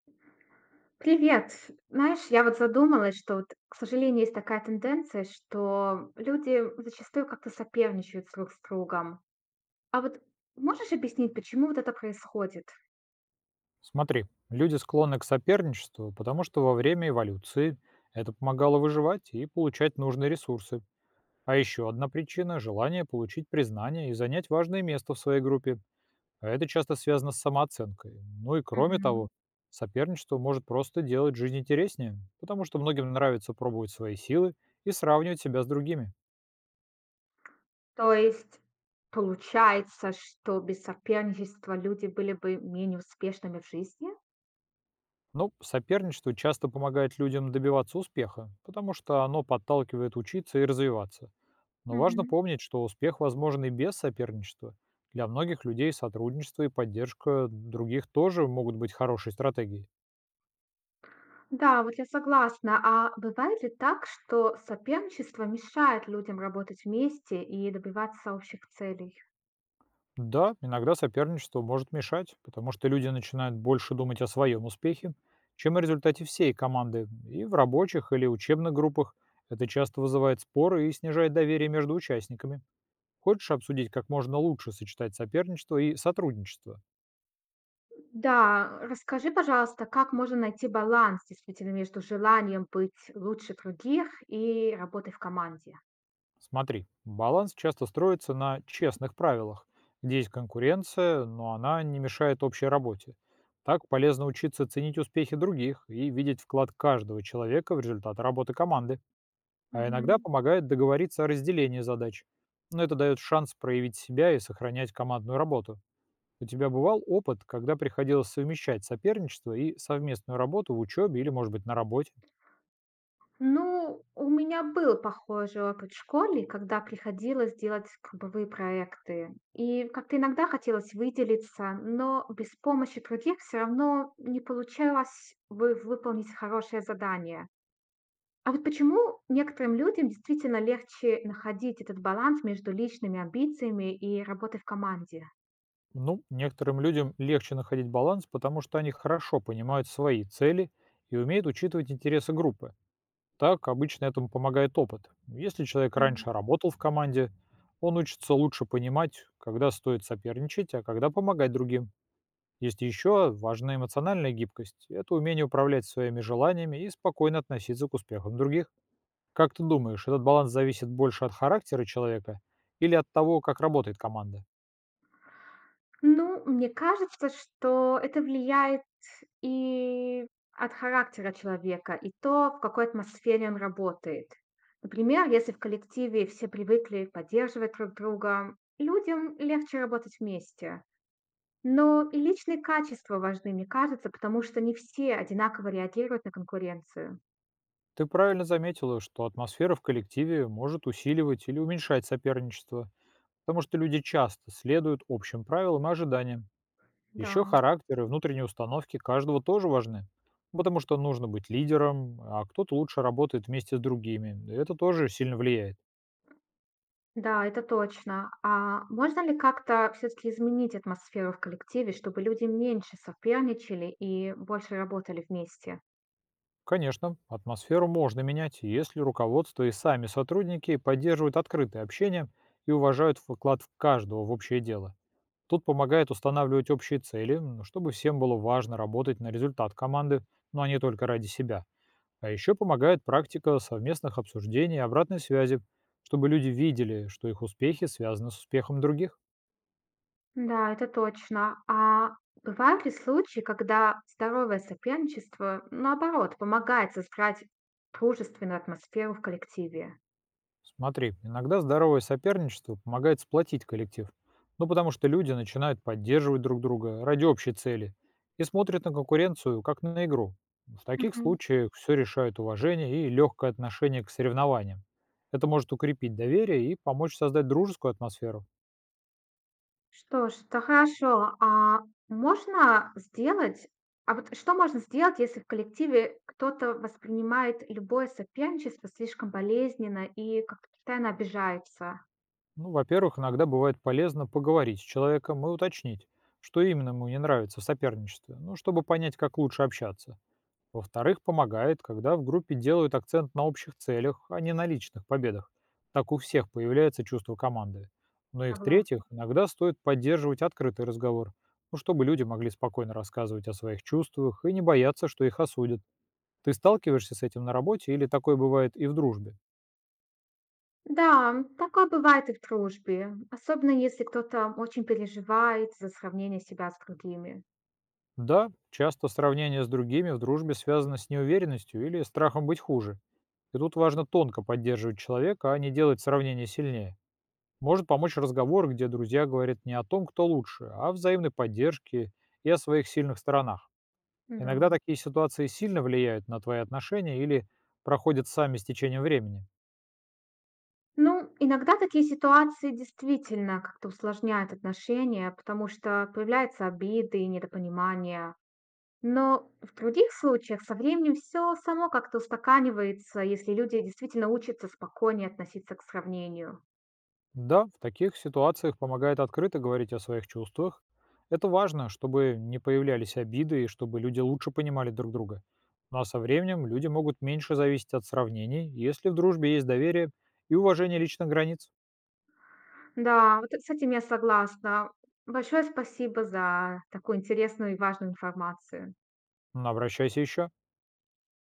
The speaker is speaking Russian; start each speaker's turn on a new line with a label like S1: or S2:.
S1: Привет. Знаешь, я вот задумалась, что вот, к сожалению, есть такая тенденция, что люди зачастую как-то соперничают друг с другом. А вот можешь объяснить, почему вот это происходит?
S2: Смотри, люди склонны к соперничеству, потому что во время эволюции это помогало выживать и получать нужные ресурсы. А еще одна причина– желание получить признание и занять важное место в своей группе. А это часто связано с самооценкой. Ну и кроме
S1: Мгм.
S2: того, соперничество может просто делать жизнь интереснее, потому что многим нравится пробовать свои силы и сравнивать себя с другими.
S1: То есть получается, что без соперничества люди были бы менее успешными в жизни?
S2: Ну, соперничество часто помогает людям добиваться успеха, потому что оно подталкивает учиться и развиваться. Но важно
S1: Мгм.
S2: помнить, что успех возможен и без соперничества. Для многих людей сотрудничество и поддержка других тоже могут быть хорошей стратегией.
S1: Да, вот я согласна. А бывает ли так, что соперничество мешает людям работать вместе и добиваться общих целей?
S2: Да, иногда соперничество может мешать, потому что люди начинают больше думать о своем успехе, чем о результате всей команды. И в рабочих или учебных группах это часто вызывает споры и снижает доверие между участниками. Хочешь обсудить, как можно лучше сочетать соперничество и сотрудничество?
S1: Да, расскажи, пожалуйста, как можно найти баланс действительно между желанием быть лучше других и работой в команде?
S2: Смотри, баланс часто строится на честных правилах, где есть конкуренция, но она не мешает общей работе. Так полезно учиться ценить успехи других и видеть вклад каждого человека в результат работы команды. А иногда
S1: Мгм.
S2: помогает договориться о разделении задач. Но это дает шанс проявить себя и сохранять командную работу. У тебя бывал опыт, когда приходилось совмещать соперничество и совместную работу в учебе или, может быть, на работе?
S1: Ну, у меня был похожий опыт в школе, когда приходилось делать групповые проекты. И как-то иногда хотелось выделиться, но без помощи других все равно не получалось выполнить хорошее задание. А вот почему некоторым людям действительно легче находить этот баланс между личными амбициями и работой в команде?
S2: Ну, некоторым людям легче находить баланс, потому что они хорошо понимают свои цели и умеют учитывать интересы группы. Так обычно этому помогает опыт. Если человек
S1: Мгм.
S2: раньше работал в команде, он учится лучше понимать, когда стоит соперничать, а когда помогать другим. Есть еще важная эмоциональная гибкость. Это умение управлять своими желаниями и спокойно относиться к успехам других. Как ты думаешь, этот баланс зависит больше от характера человека или от того, как работает команда?
S1: Ну, мне кажется, что это влияет и от характера человека, и то, в какой атмосфере он работает. Например, если в коллективе все привыкли поддерживать друг друга, людям легче работать вместе. Но и личные качества важны, мне кажется, потому что не все одинаково реагируют на конкуренцию.
S2: Ты правильно заметила, что атмосфера в коллективе может усиливать или уменьшать соперничество, потому что люди часто следуют общим правилам и ожиданиям. Еще
S1: Да.
S2: характер и внутренние установки каждого тоже важны, потому что нужно быть лидером, а кто-то лучше работает вместе с другими. И это тоже сильно влияет.
S1: Да, это точно. А можно ли как-то все-таки изменить атмосферу в коллективе, чтобы люди меньше соперничали и больше работали вместе?
S2: Конечно, атмосферу можно менять, если руководство и сами сотрудники поддерживают открытое общение и уважают вклад каждого в общее дело. Тут помогает устанавливать общие цели, чтобы всем было важно работать на результат команды, но а не только ради себя. А еще помогает практика совместных обсуждений и обратной связи, чтобы люди видели, что их успехи связаны с успехом других.
S1: Да, это точно. А бывают ли случаи, когда здоровое соперничество, наоборот, помогает создать дружественную атмосферу в коллективе?
S2: Смотри, иногда здоровое соперничество помогает сплотить коллектив. Ну, потому что люди начинают поддерживать друг друга ради общей цели и смотрят на конкуренцию как на игру. В таких
S1: Мгм.
S2: случаях все решают уважение и легкое отношение к соревнованиям. Это может укрепить доверие и помочь создать дружескую атмосферу.
S1: Что ж, то хорошо. А можно сделать а вот что можно сделать, если в коллективе кто-то воспринимает любое соперничество слишком болезненно и как-то постоянно обижается?
S2: Ну, во-первых, иногда бывает полезно поговорить с человеком и уточнить, что именно ему не нравится в соперничестве, ну, чтобы понять, как лучше общаться. Во-вторых, помогает, когда в группе делают акцент на общих целях, а не на личных победах. Так у всех появляется чувство команды. Ну и
S1: Согла
S2: в-третьих, иногда стоит поддерживать открытый разговор, ну, чтобы люди могли спокойно рассказывать о своих чувствах и не бояться, что их осудят. Ты сталкиваешься с этим на работе или такое бывает и в дружбе?
S1: Да, такое бывает и в дружбе, особенно если кто-то очень переживает за сравнение себя с другими.
S2: Да, часто сравнение с другими в дружбе связано с неуверенностью или страхом быть хуже. И тут важно тонко поддерживать человека, а не делать сравнение сильнее. Может помочь разговор, где друзья говорят не о том, кто лучше, а о взаимной поддержке и о своих сильных сторонах.
S1: Да.
S2: Иногда такие ситуации сильно влияют на твои отношения или проходят сами с течением времени.
S1: Ну, иногда такие ситуации действительно как-то усложняют отношения, потому что появляются обиды и недопонимание. Но в других случаях со временем все само как-то устаканивается, если люди действительно учатся спокойнее относиться к сравнению.
S2: Да, в таких ситуациях помогает открыто говорить о своих чувствах. Это важно, чтобы не появлялись обиды и чтобы люди лучше понимали друг друга. Ну а со временем люди могут меньше зависеть от сравнений, если в дружбе есть доверие и уважение личных границ.
S1: Да, вот с этим я согласна. Большое спасибо за такую интересную и важную информацию.
S2: Но обращайся еще.